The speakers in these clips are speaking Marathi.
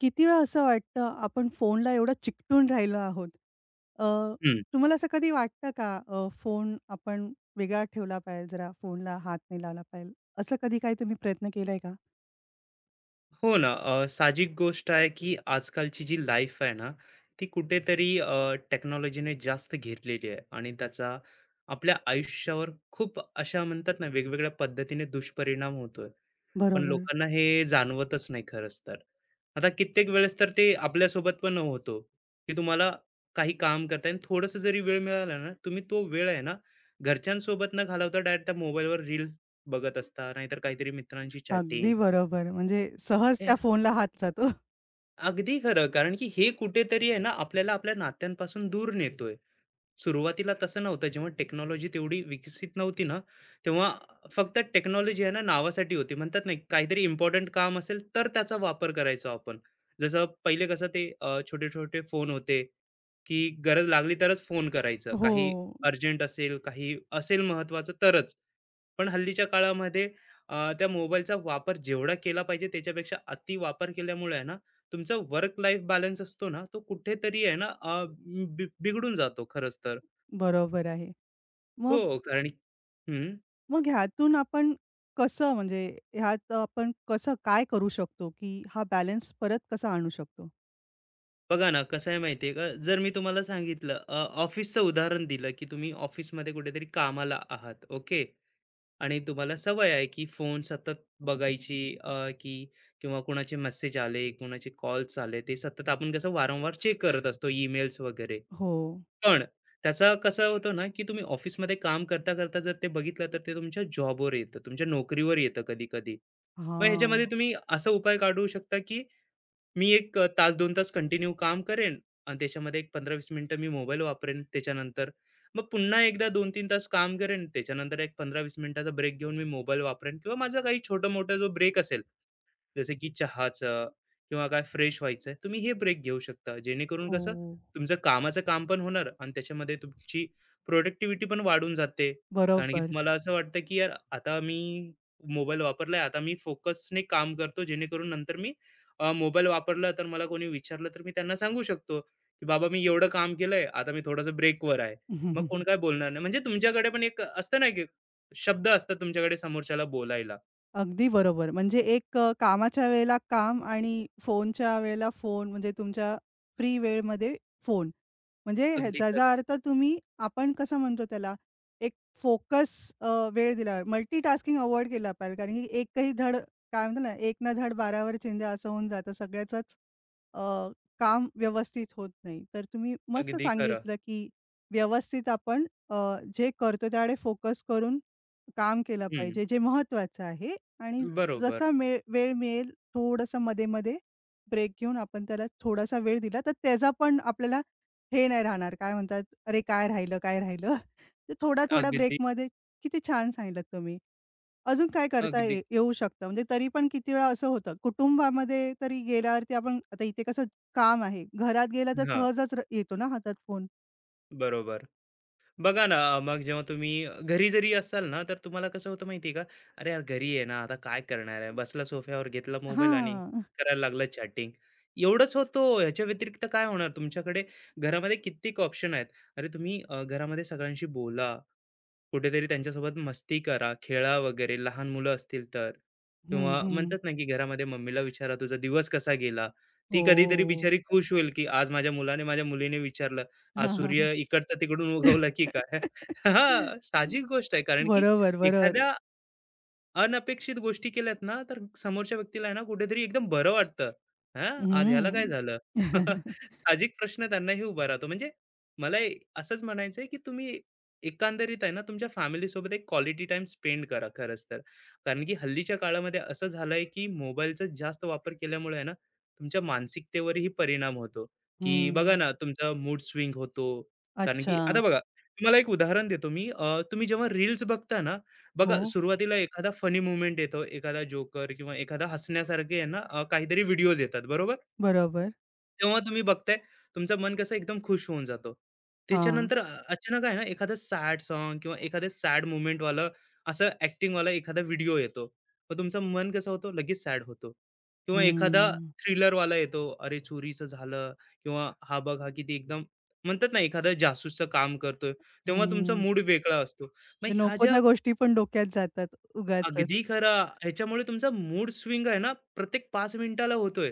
किती वेळा असं वाटतं, आपण फोनला एवढं चिकटून राहिलो आहोत. अ, हं, तुम्हाला असं कधी वाटतं का, फोन आपण वेगळा ठेवला पाहिजे, जरा फोनला हात नाही लावला पाहिजे, असं कधी काही तुम्ही प्रयत्न केलाय का? हो ना. साहजिक गोष्ट आहे, की आजकालची जी लाईफ आहे ना, ती कुठेतरी टेक्नॉलॉजीने जास्त घेरलेली आहे आणि त्याचा आपल्या आयुष्यावर खूप अशा म्हणतात ना, वेगवेगळ्या पद्धतीने दुष्परिणाम होतोय. पण बरोबर. लोकांना हे जाणवतच नाही खरंच तर. आता कित्येक वेळेस तर ते आपल्यासोबत पण होतो, की तुम्हाला काही काम करताय आणि थोडंसं जरी वेळ मिळाला ना, तुम्ही तो वेळ आहे ना, घरच्यांसोबत न घालवता डायरेक्ट त्या मोबाईलवर रील बघत असता, नाहीतर काहीतरी मित्रांशी चॅटिंग. अगदी बरोबर. म्हणजे सहज त्या फोनला हात जातो. अगदी खरं. कारण की हे कुठेतरी आहे ना, आपल्याला आपल्या नात्यांपासून दूर नेतोय. सुरुवातीला तसं नव्हतं. जेव्हा टेक्नॉलॉजी तेवढी विकसित नव्हती ना, तेव्हा फक्त टेक्नॉलॉजी आहे ना, नावासाठी होती. म्हणतात ना, काहीतरी इम्पोर्टंट काम असेल, तर त्याचा वापर करायचो आपण. जसं पहिले कसं ते छोटे-छोटे फोन होते, की गरज लागली तरच फोन करायचं. हो, काही अर्जंट असेल, काही असेल महत्त्वाचं तरच. पण हल्लीच्या काळामध्ये त्या मोबाईलचा वापर जेवढा केला पाहिजे त्याच्यापेक्षा अति वापर केल्यामुळे आहे ना, तुमचा वर्क लाईफ बॅलन्स असतो ना, तो कुठेतरी आहे ना, बिघडून जातो खरंच तर. बरोबर आहे. मग हो, कारण हं. मग ह्यातून आपण कसं, म्हणजे ह्यात आपण कसं काय करू शकतो, की हा बॅलन्स परत कसा आणू शकतो? बघा ना, कसं आहे माहिती का, जर मी तुम्हाला सांगितलं, ऑफिसचं उदाहरण दिलं, की तुम्ही ऑफिसमध्ये कुठेतरी कामाला आहात, ओके. आणि तुम्हाला सवय आहे, की फोन सतत बघायची, की किंवा कोणाचे मेसेज आले, कोणाचे कॉल्स आले, ते सतत आपण कसं वारंवार चेक करत असतो, ईमेल्स वगैरे. हो. पण त्याचं कसं होतं ना, की तुम्ही ऑफिसमध्ये काम करता-करता जर ते बघितलं, तर ते तुमच्या जॉबवर येतं, तुमच्या नोकरीवर येतं कधी-कधी. मग हां. ह्याच्यामध्ये तुम्ही असा उपाय काढू शकता, की मी एक, तास 2 तास कंटिन्यू काम करेन आणि त्याच्यामध्ये एक 15-20 मिनिटं मी मोबाईल वापरेन त्याच्यानंतर. मग पुन्हा एकदा 2-3 तास काम करेन, त्याच्यानंतर एक 15-20 मिनिटाचा ब्रेक घेऊन मी मोबाईल वापरेन किंवा माझा काही छोटा-मोठा जो ब्रेक असेल, जसे की चहाचं किंवा काय फ्रेश व्हायचंय, तुम्ही हे ब्रेक घेऊ शकता. जेणेकरून हो, कसं तुमचं कामाचं काम पण होणार आणि त्याच्यामध्ये तुमची प्रोडक्टिव्हिटी पण वाढून जाते. कारण की बरोबर. तुम्हाला असं वाटतं, की यार आता मी मोबाईल वापरलाय, आता मी फोकसने काम करतो. जेणेकरून नंतर मी मोबाईल वापरला तर मला कोणी विचारलं तर मी त्यांना सांगू शकतो, की "बाबा मी एवढं काम केलंय, आता मी थोडंसं ब्रेकवर आहे." मग कोण काय बोलणार नाही. म्हणजे तुमच्याकडे पण एक असतं ना, की शब्द असतात तुमच्याकडे समोरच्याला बोलायला. अगदी बरोबर. म्हणजे एक, कामाच्या वेळेला काम आणि फोनच्या वेळेला फोन, म्हणजे तुमच्या फ्री वेळेमध्ये फोन. म्हणजे अगदी ह्याचा खरं, अर्थ तुम्ही, आपण कसं म्हणतो त्याला, एक फोकस, वेळ दिला. मल्टीटास्किंग अव्हॉइड केला पाहिजे. कारण की एकही धड, काय म्हणतो ना, "एक ना धड 12 वर चिंध्या" असं होऊन जातं. सगळ्याचंच काम व्यवस्थित होत नाही. तर तुम्ही मस्त अगदी खरं. सांगितलं, की व्यवस्थित आपण, जे करतो त्याकडे फोकस करून काम केलं हं. पाहिजे, जे महत्वाचं आहे. आणि बरोबर. जसा मे वेळ मिळेल, थोडंसं मध्ये-मध्ये ब्रेक घेऊन आपण त्याला थोडासा वेळ दिला, तर त्याचा पण आपल्याला हे नाही राहणार, काय म्हणतात, "अरे, काय राहिलं, काय राहिलं?" तर थोड्या-थोड्या अगदी, ब्रेकमध्ये किती छान सांगितलंत तुम्ही. अजून काय करता अगदी. येऊ शकतं? म्हणजे तरी पण किती वेळा असं होतं, कुटुंबामध्ये तरी गेल्यावरती आपण आता इथे कसं काम आहे, घरात गेला तर हां, सहजच येतो ना हातात फोन. बरोबर. बघा ना, मग जेव्हा तुम्ही घरी जरी असाल ना, तर तुम्हाला कसं होतं माहिती आहे का? "अरे यार, घरी आहे ना, आता काय करणार आहे?" बसला सोफ्यावर, घेतला मोबाईल आणि हां. करायला लागला चॅटिंग. एवढंच होतो. ह्याच्या व्यतिरिक्त काय होणार? तुमच्याकडे घरामध्ये कित्येक ऑप्शन आहेत. अरे, तुम्ही, घरामध्ये सगळ्यांशी बोला. कुठेतरी त्यांच्यासोबत मस्ती करा, खेळा वगैरे लहान मुलं असतील तर. हं, किंवा हं. म्हणतात ना, की घरामध्ये मम्मीला विचारा, "तुझा दिवस कसा गेला?" ती कधीतरी हो. बिचारी खुश होईल, की आज माझ्या मुलाने, माझ्या मुलीने विचारलं, आज सूर्य इकडचा तिकडून उगवला की काय? हां, साहजिक गोष्ट आहे. कारण की बरोबर, बरोबर. एखाद्या अनपेक्षित गोष्टी केल्यात ना, तर समोरच्या व्यक्तीला आहे ना कुठेतरी एकदम बरं वाटतं. हां, आज ह्याला काय हं. झालं? साहजिक प्रश्न त्यांनाही उभा राहतो. म्हणजे मला ए असंच म्हणायचं की तुम्ही एकंदरीत आहे ना, तुमच्या फॅमिलीसोबत एक क्वालिटी टाईम स्पेंड करा खरंच तर. कारण की हल्लीच्या काळामध्ये असं झालंय, की मोबाईलचा जास्त वापर केल्यामुळे आहे ना, तुमच्या मानसिकतेवरही परिणाम होतो, की बघा हं. ना, तुमचा मूड स्विंग होतो. कारण अच्छा. की आता बघा, तुम्हाला एक उदाहरण देतो मी. तुम्ही जेव्हा रील्स बघता ना, हो, बघा सुरुवातीला एखादा फनी मुवमेंट येतो, एखादा जोकर किंवा एखादा हसण्यासारखे आहे ना, काहीतरी व्हिडिओज येतात बरोबर. बरोबर. तेव्हा तुम्ही बघताय तुमचं मन कसं एकदम खुश होऊन जातो. हां. त्याच्यानंतर अचानक आहे ना एखादं सॅड सॉन्ग किंवा एखादं सॅड मुवमेंट वाला असं ऍक्टिंग वाला एखादा व्हिडिओ येतो. मग तुमचं मन कसं होतं लगेच सॅड होतो. किंवा एखादा हं, थ्रिलर वाला येतो, अरे चोरीचं झालं, किंवा हा बघ हा किती एकदम म्हणतात ना एखादा जासूसचं काम करतोय. तेव्हा तुमचा हं. मूड वेगळा असतो. मग म्हणजे ह्या नको ज्या त्या गोष्टी पण डोक्यात जातात उगाचच. अगदी खरं. ह्याच्यामुळे तुमचा मूड स्विंग आहे ना, प्रत्येक 5 मिनिटाला होतोय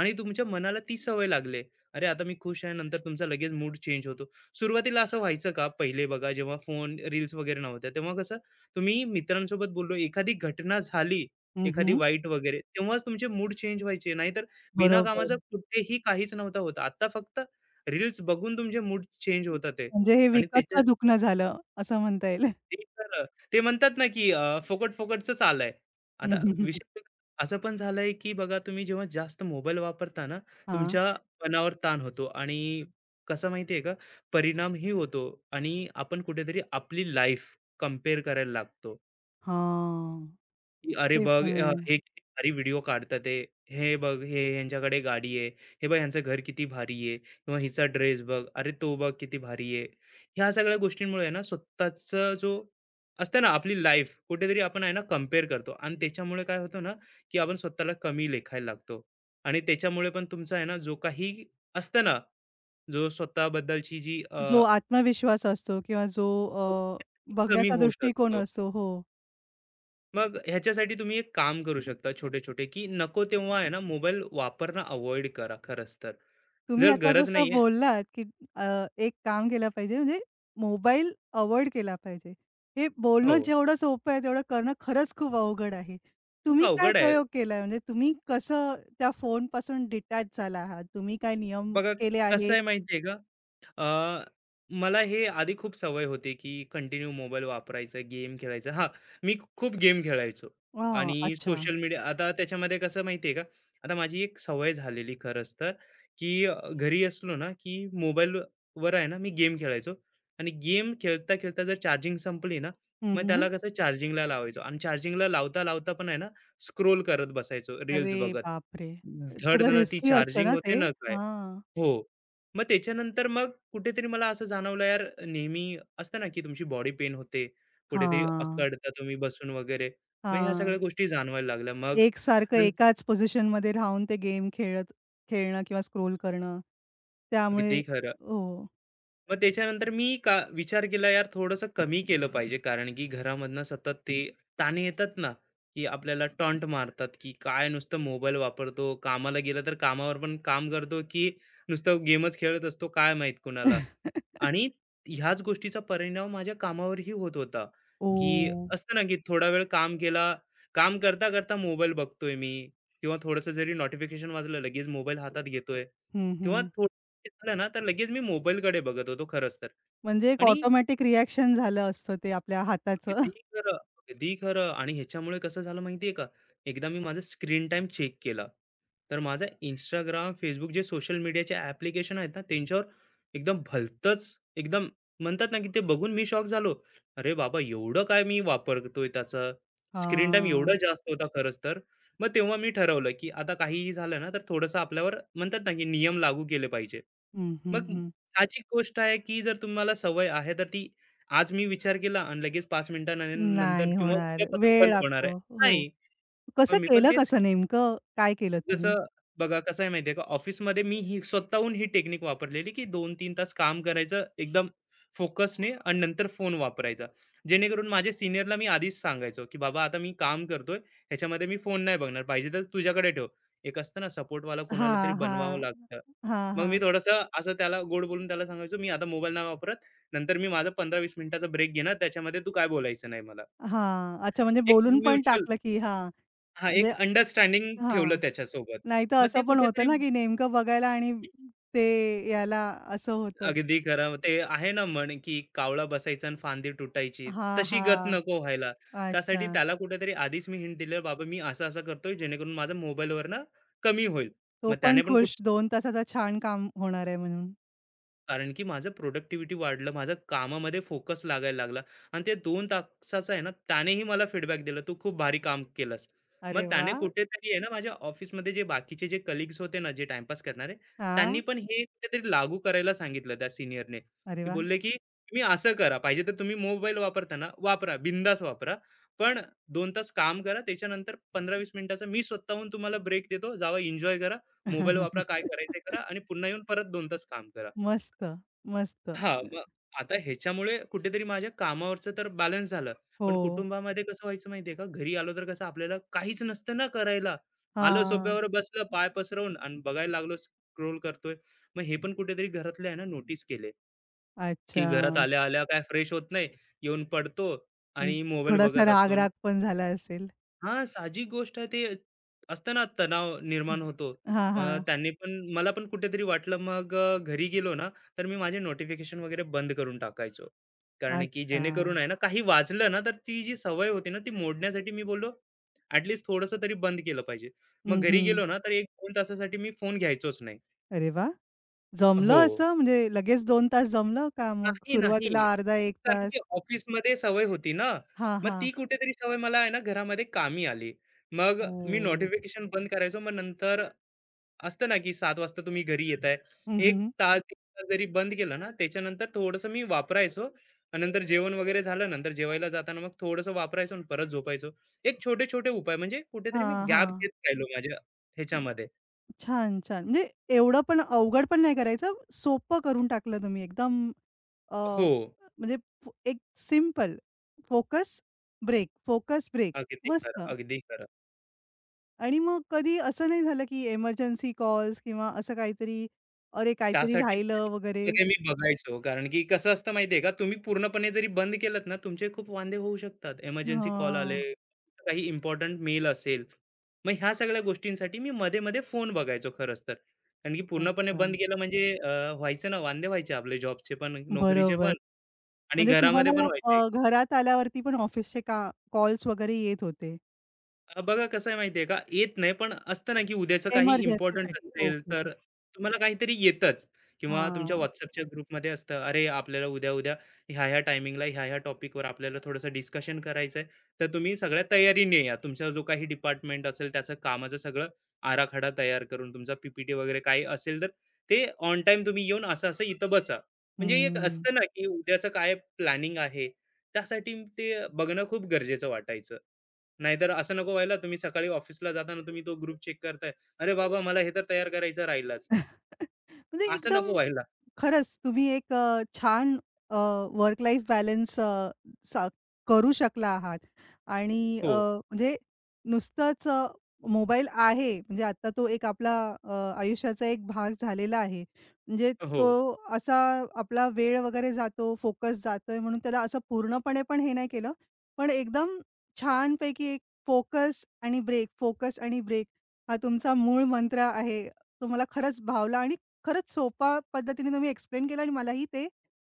आणि तुमच्या मनाला ती सवय लागले, अरे, आता मी खुश आहे, नंतर तुमचा लगेच मूड चेंज होतो. सुरुवातीला असं व्हायचं का? पहिले बघा, जेव्हा फोन, रील्स वगैरे नव्हत्या, तेव्हा कसं तुम्ही मित्रांसोबत बोललो, एखादी घटना झाली, हं, एखादी हं. वाईट वगैरे, तेव्हाच तुमचे मूड चेंज व्हायचे. नाहीतर बिना बरोबर. कामाचं कुठेही काहीच नव्हता होत. आता फक्त रील्स बघून तुमचे मूड चेंज होतात आहे. म्हणजे हे आणि त्याच्या विकतचं दुखणं झालं असं म्हणता येईल. ते तर ते म्हणतात ना, की फुकट-फुकटचंच आलंय. आता विषय असं पण झालंय, की बघा तुम्ही जेव्हा जास्त मोबाईल वापरता ना, हां, तुमच्या मनावर ताण होतो आणि कसा माहिती आहे का, परिणामही होतो आणि आपण कुठेतरी आपली लाईफ कंपेअर करायला लागतो. हां. की "अरे ते बघ, पण आहे. हे किती भारी व्हिडिओ काढतात आहे. हे बघ, हे ह्यांच्याकडे गाडी आहे. हे बघ, ह्यांचं घर किती भारी आहे किंवा हिचा ड्रेस बघ. अरे तो बघ किती भारी आहे." ह्या सगळ्या गोष्टींमुळे आहे ना स्वतःचा जो असते ना आपली लाईफ कुठेतरी आपण आहे ना कंपेअर करतो आणि त्याच्यामुळे काय होतं ना, की आपण स्वतःला कमी लेखायला लागतो आणि त्याच्यामुळे पण तुमचा आहे ना जो काही असतं ना, जो स्वतःबद्दलची जी जो आत्मविश्वास असतो किंवा जो, तो अ, कमी बघण्याचा होत दृष्टिकोन असतो. असतो. हो. मग ह्याच्यासाठी तुम्ही एक काम करू शकता छोटे-छोटे, की नको तेव्हा आहे ना मोबाईल वापरणं अव्हॉइड करा खरंच तर. तुम्ही जर आता गरज जसं नाहीये. बोललात, की एक काम केलं पाहिजे, म्हणजे मोबाईल अव्हॉइड केला पाहिजे. हे हो, बोलणं जेवढं सोपं आहे, तेवढं करणं खरंच खूप अवघड आहे. खूप तुम्ही काय अवघड आहे. प्रयोग केलाय? म्हणजे तुम्ही कसं त्या फोनपासून डिटॅच झाला आहात? तुम्ही काय नियम बघा केले कसं आहेत? आहे माहिती आहे का? अ, मला हे आधी खूप सवय होती की कंटिन्यू मोबाईल वापरायचा, गेम खेळायचा. हां, मी खूप गेम खेळायचो हां, आणि अच्छा. Social media. आता त्याच्यामध्ये कसं माहिती आहे का, आता माझी एक सवय झालेली खरंच तर, की घरी असलो ना की मोबाईल वर आहे ना मी गेम खेळायचो आणि गेम खेळता-खेळता जर चार्जिंग संपली ना, हं, मग हं. त्याला कसं चार्जिंगला लावायचो आणि चार्जिंगला लावता-लावता पण आहे ना, स्क्रोल करत बसायचो, अरे रील्स बघत. बापरे! धड थोडं ती रिस्की असतं चार्जिंग ना होते ते? ना. हां. हो. मग त्याच्यानंतर मग कुठेतरी मला असं जाणवलं यार, नेहमी असतं ना, की तुमची बॉडी पेन होते. कुठेतरी हां, अक्कडता तुम्ही बसून वगैरे. मग ह्या हां. सगळ्या गोष्टी जाणवायला लागल्या. मग एकसारखं नं एकाच पोझिशनमध्ये राहून ते गेम खेळत खेळणं किंवा स्क्रोल करणं. त्यामुळे अगदी खरं. हो. मग त्याच्यानंतर मी का विचार केला यार थोडंसं कमी केलं पाहिजे. कारण की घरामधनं सतत ते ताणे येतात ना, की आपल्याला टॉन्ट मारतात, की काय नुसतं मोबाईल वापरतो, कामाला गेला तर कामावर पण काम करतो, की नुसतं गेमच खेळत असतो काय माहीत कुणाला. आणि ह्याच गोष्टीचा परिणाम माझ्या कामावरही होत होता, की ओह! असतं ना, की थोडा वेळ काम केला, काम करता, करता मोबाईल बघतोय मी किंवा थोडंसं जरी नोटिफिकेशन वाजलं, लगेच मोबाईल हातात घेतोय हं, किंवा हं. थोडं झालं ना, तर लगेच मी मोबाईलकडे बघत होतो खरंच तर. म्हणजे एक आणि ऑटोमॅटिक रिएक्शन झालं असतं ते आपल्या हाताचं. अगदी खरं, अगदी खरं आणि ह्याच्यामुळे कसं झालं माहितीये का? एकदा मी माझा स्क्रीन टाइम चेक केला. तर माझा Instagram, Facebook जे सोशल मीडियाचे ॲप्लिकेशन आहेत ना, त्यांच्यावर एकदम भलतंच एकदम म्हणतात ना, की ते बघून मी शॉक झालो. अरे बाबा! एवढं काय मी वापरतोय त्याचा. स्क्रीन टाईम एवढा हां. जास्त होता खरंच तर. मग तेव्हा मी ठरवलं, की आता काहीही झालं ना, तर थोडंसं आपल्यावर म्हणतात ना, की नियम लागू केले पाहिजे. हं, हं, मग हं. साहजिक गोष्ट आहे, की जर तुम्हाला सवय आहे, तर ती आज मी विचार केला आणि लगेच 5 मिनिटांनंतर नाही किंवा होणार. उद्यापासून वेळ बंद होणार आहे. लागतो. हो. नाही. कसं मग मी पण केलं, तेच कसं नेमकं? काय केलं तुम्ही? जसं बघा कसं आहे माहितीये का, ऑफिसमध्ये मी ही स्वतःहून ही टेक्निक वापरलेली की 2-3 तास काम करायचं एकदम फोकसने आणि नंतर फोन वापरायचा. जेणेकरून माझ्या सीनियरला मी आधीच सांगायचो की, "बाबा आता मी काम करतोय, ह्याच्यामध्ये मी फोन नाही बघणार. पाहिजे तर तुझ्याकडे ठेव." एक असतं ना सपोर्टवाला हा. कोणाला तरी बनवावं हां. लागतं. हां, मग हां. मी थोडंसं असं त्याला गोड बोलून त्याला सांगायचो, "मी आता मोबाईल नाही वापरत. नंतर मी माझा 15-20 मिनिटाचा ब्रेक घेणार. त्याच्यामध्ये तू काय बोलायचं नाही मला." हां. अच्छा, म्हणजे एक बोलून पण म्युच्युअल, टाकलं की. हां. हां, म्हणजे एक अंडरस्टँडिंग ठेवलं हां. त्याच्यासोबत. नाहीतर मग ते असं पण कुठेतरी होतं ना, की नेमकं बघायला आणि ते याला असं होतं. अगदी खरं. ते आहे ना म्हण, की कावळा बसायचा आणि फांदी तुटायची. हां, तशी गत हां. नको व्हायला. अच्छा. त्यासाठी त्याला कुठेतरी आधीच मी हिंट दिलेलं, "बाबा मी असं-असं करतोय जेणेकरून माझा मोबाईलवर ना कमी होईल." तो मग पण त्याने पण खुश, कुठे, 2 तासाचा छान काम होणार आहे म्हणून. कारण की माझं प्रोडक्टिव्हिटी वाढलं, माझं कामामध्ये फोकस लागायला लागला आणि ते 2 तासाचा आहे ना, त्यानेही मला फीडबॅक दिला, "तू खूप भारी काम केलंस." मग अरे त्याने वाह! कुठेतरी आहे ना, माझ्या ऑफिसमध्ये जे बाकीचे जे कलीग्स होते ना, जे टाईमपास करणारे, त्यांनी हां. पण हे कुठेतरी लागू करायला सांगितलं त्या सीनियरने, अरे की वाह! बोलले, की "तुम्ही असं करा, पाहिजे तर तुम्ही मोबाईल वापरताना वापरा, बिंदास वापरा, पण 2 तास काम करा, त्याच्यानंतर 15-20 मिनिटाचा मी स्वतःहून तुम्हाला ब्रेक देतो. जावा एन्जॉय करा, मोबाईल वापरा, काय करायचंय करा आणि पुन्हा येऊन परत 2 तास काम करा." मस्त, मस्त. हां, मग आता ह्याच्यामुळे कुठेतरी माझ्या कामावरचं तर बॅलन्स झालं. हो. पण कुटुंबामध्ये कसं व्हायचं माहिती आहे का, घरी आलो तर कसं आपल्याला काहीच नसतं ना करायला. आलं हां. सोफ्यावर बसलं, पाय पसरवून आणि बघायला लागलो स्क्रोल करतोय. मग हे पण कुठेतरी घरातले आहे ना नोटीस केले, की अच्छा. घरात आल्या-आल्या काय फ्रेश होत नाही, येऊन पडतो अं, आणि मोबाईल थोडासा बघत असतो. राग-राग पण झाला असेल. हां, साहजिक गोष्ट आहे. ते असतं ना तणाव निर्माण होतो. हां, मग हां. त्यांनी पण मला पण कुठेतरी वाटलं मग, घरी गेलो ना, तर मी माझे नोटिफिकेशन वगैरे बंद करून टाकायचो. कारण की अच्छा. जेणेकरून आहे ना, काही वाजलं ना, तर ती जी सवय होती ना, ती मोडण्यासाठी मी बोललो, ॲट लीस्ट तरी बंद केलं पाहिजे. मग हं, घरी हं. गेलो ना, तर 1-2 तासासाठी मी फोन घ्यायचोच नाही. अरे वाह! हो. जमलं असं, म्हणजे लगेच 2 तास जमलं, का मग नाही, नाही. सुरुवातीला अर्धा 1 कारण की तास? ऑफिसमध्ये सवय होती ना, हां, मग ती हां. कुठेतरी सवय मला आहे ना घरामध्ये कामी आली. मग मी हो. नोटिफिकेशन बंद करायचो. मग नंतर असतं ना, की 7:00 वाजता तुम्ही घरी येताय. हं, 1 हं. तास, 1 तास जरी बंद केलं ना, त्याच्यानंतर थोडंसं मी वापरायचो. आणि नंतर जेवण वगैरे झालं, नंतर जेवायला जाताना मग थोडंसं वापरायचो आणि परत झोपायचो. एक छोटे-छोटे उपाय म्हणजे कुठेतरी मी हां, गॅप हां. घेत राहिलो माझ्या अं, ह्याच्यामध्ये. छान, छान. म्हणजे एवढं पण अवघड पण नाही करायचं. सोपं करून टाकलं तुम्ही एकदम, अ, हो. म्हणजे एक simple focus, break, focus, break. अगदी खरं, मस्त. अगदी खरं. आणि मग कधी असं नाही झालं, की एमर्जन्सी कॉल्स किंवा असं काहीतरी, अरे काहीतरी त्यासाठीच त्या राहिलं वगैरे? व्यक्तीमध्ये मी बघायचो. कारण की कसं असतं माहिती का, तुम्ही पूर्णपणे जरी बंद केलत ना, तुमचे खूप वांदे होऊ शकतात. इमर्जन्सी कॉल आले, हां. काही इम्पोर्टंट मेल असेल. मग ह्या सगळ्या गोष्टींसाठी मी मध्ये-मध्ये फोन बघायचो खरंच तर. कारण की पूर्णपणे अच्छा. बंद केलं म्हणजे, व्हायचं ना, वांदे व्हायचे आपले जॉबचे पण, नोकरीचे बरोबर. पण आणि म्हणजे घरामध्ये पण तुम्हाला, व्हायचे. घरात आल्यावरती पण ऑफिसचे का कॉल्स वगैरे येत होते? बघा कसं आहे माहितीये का, येत नाही पण असतं ना, की उद्याचं काही इम्पोर्टंट एमर्जन्सीसाठी. असेल, ओके. तर तुम्हाला काहीतरी येतच, किंवा तुमच्या हां. WhatsAppच्या ग्रुपमध्ये असतं, "अरे, आपल्याला उद्या-उद्या ह्या-ह्या टायमिंगला, ह्या-ह्या टॉपिकवर आपल्याला थोडंसं डिस्कशन करायचंय." तर तुम्ही सगळ्या तयारीने या. तुमचा जो काही डिपार्टमेंट असेल, त्याचं कामाचं सगळं आराखडा तयार करून, तुमचा पी वगैरे काही असेल, तर ते ऑन टाईम तुम्ही येऊन असं-असं इथं बसा. म्हणजे एक हं. असतं ना, की उद्याचं काय प्लॅनिंग आहे, त्यासाठी ते बघणं खूप गरजेचं वाटायचं. नाहीतर असं नको व्हायला तुम्ही सकाळी ऑफिसला जाताना तुम्ही तो ग्रुप चेक करताय. अरे बाबा मला हे तर तयार करायचं राहिलाच. म्हणजे असं नको एकदम, व्हायला. खरंच तुम्ही एक, छान वर्क लाईफ बॅलन्स करू शकला आहात. आणि हो, म्हणजे नुसतंच मोबाईल आहे म्हणजे आता तो एक आपला, अ, आयुष्याचा एक भाग झालेला आहे. म्हणजे हो. तो असा आपला वेळ वगैरे जातो, फोकस जातोय, म्हणून त्याला असं पूर्णपणे पण हे नाही केलं. पण एकदम छानपैकी एक फोकस आणि ब्रेक, फोकस आणि ब्रेक हा तुमचा मूळ मंत्र आहे, तो मला खरंच भावला. आणि खरंच सोप्या पद्धतीने तुम्ही एक्सप्लेन केलं आणि मलाही ते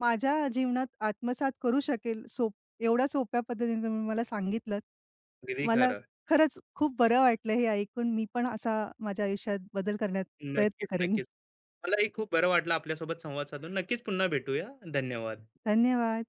माझ्या जीवनात आत्मसात करू शकेल, एवढ्या सोप्या पद्धतीने तुम्ही मला सांगितलंत. अगदी मला खरं. खरंच खूप बरं वाटलं हे ऐकून. मी पण असा माझ्या आयुष्यात बदल करण्यात प्रयत्न नक्कीच, करेन. नक्कीच. मलाही खूप बरं वाटलं आपल्यासोबत संवाद साधून. नक्कीच पुन्हा भेटूया. धन्यवाद. धन्यवाद.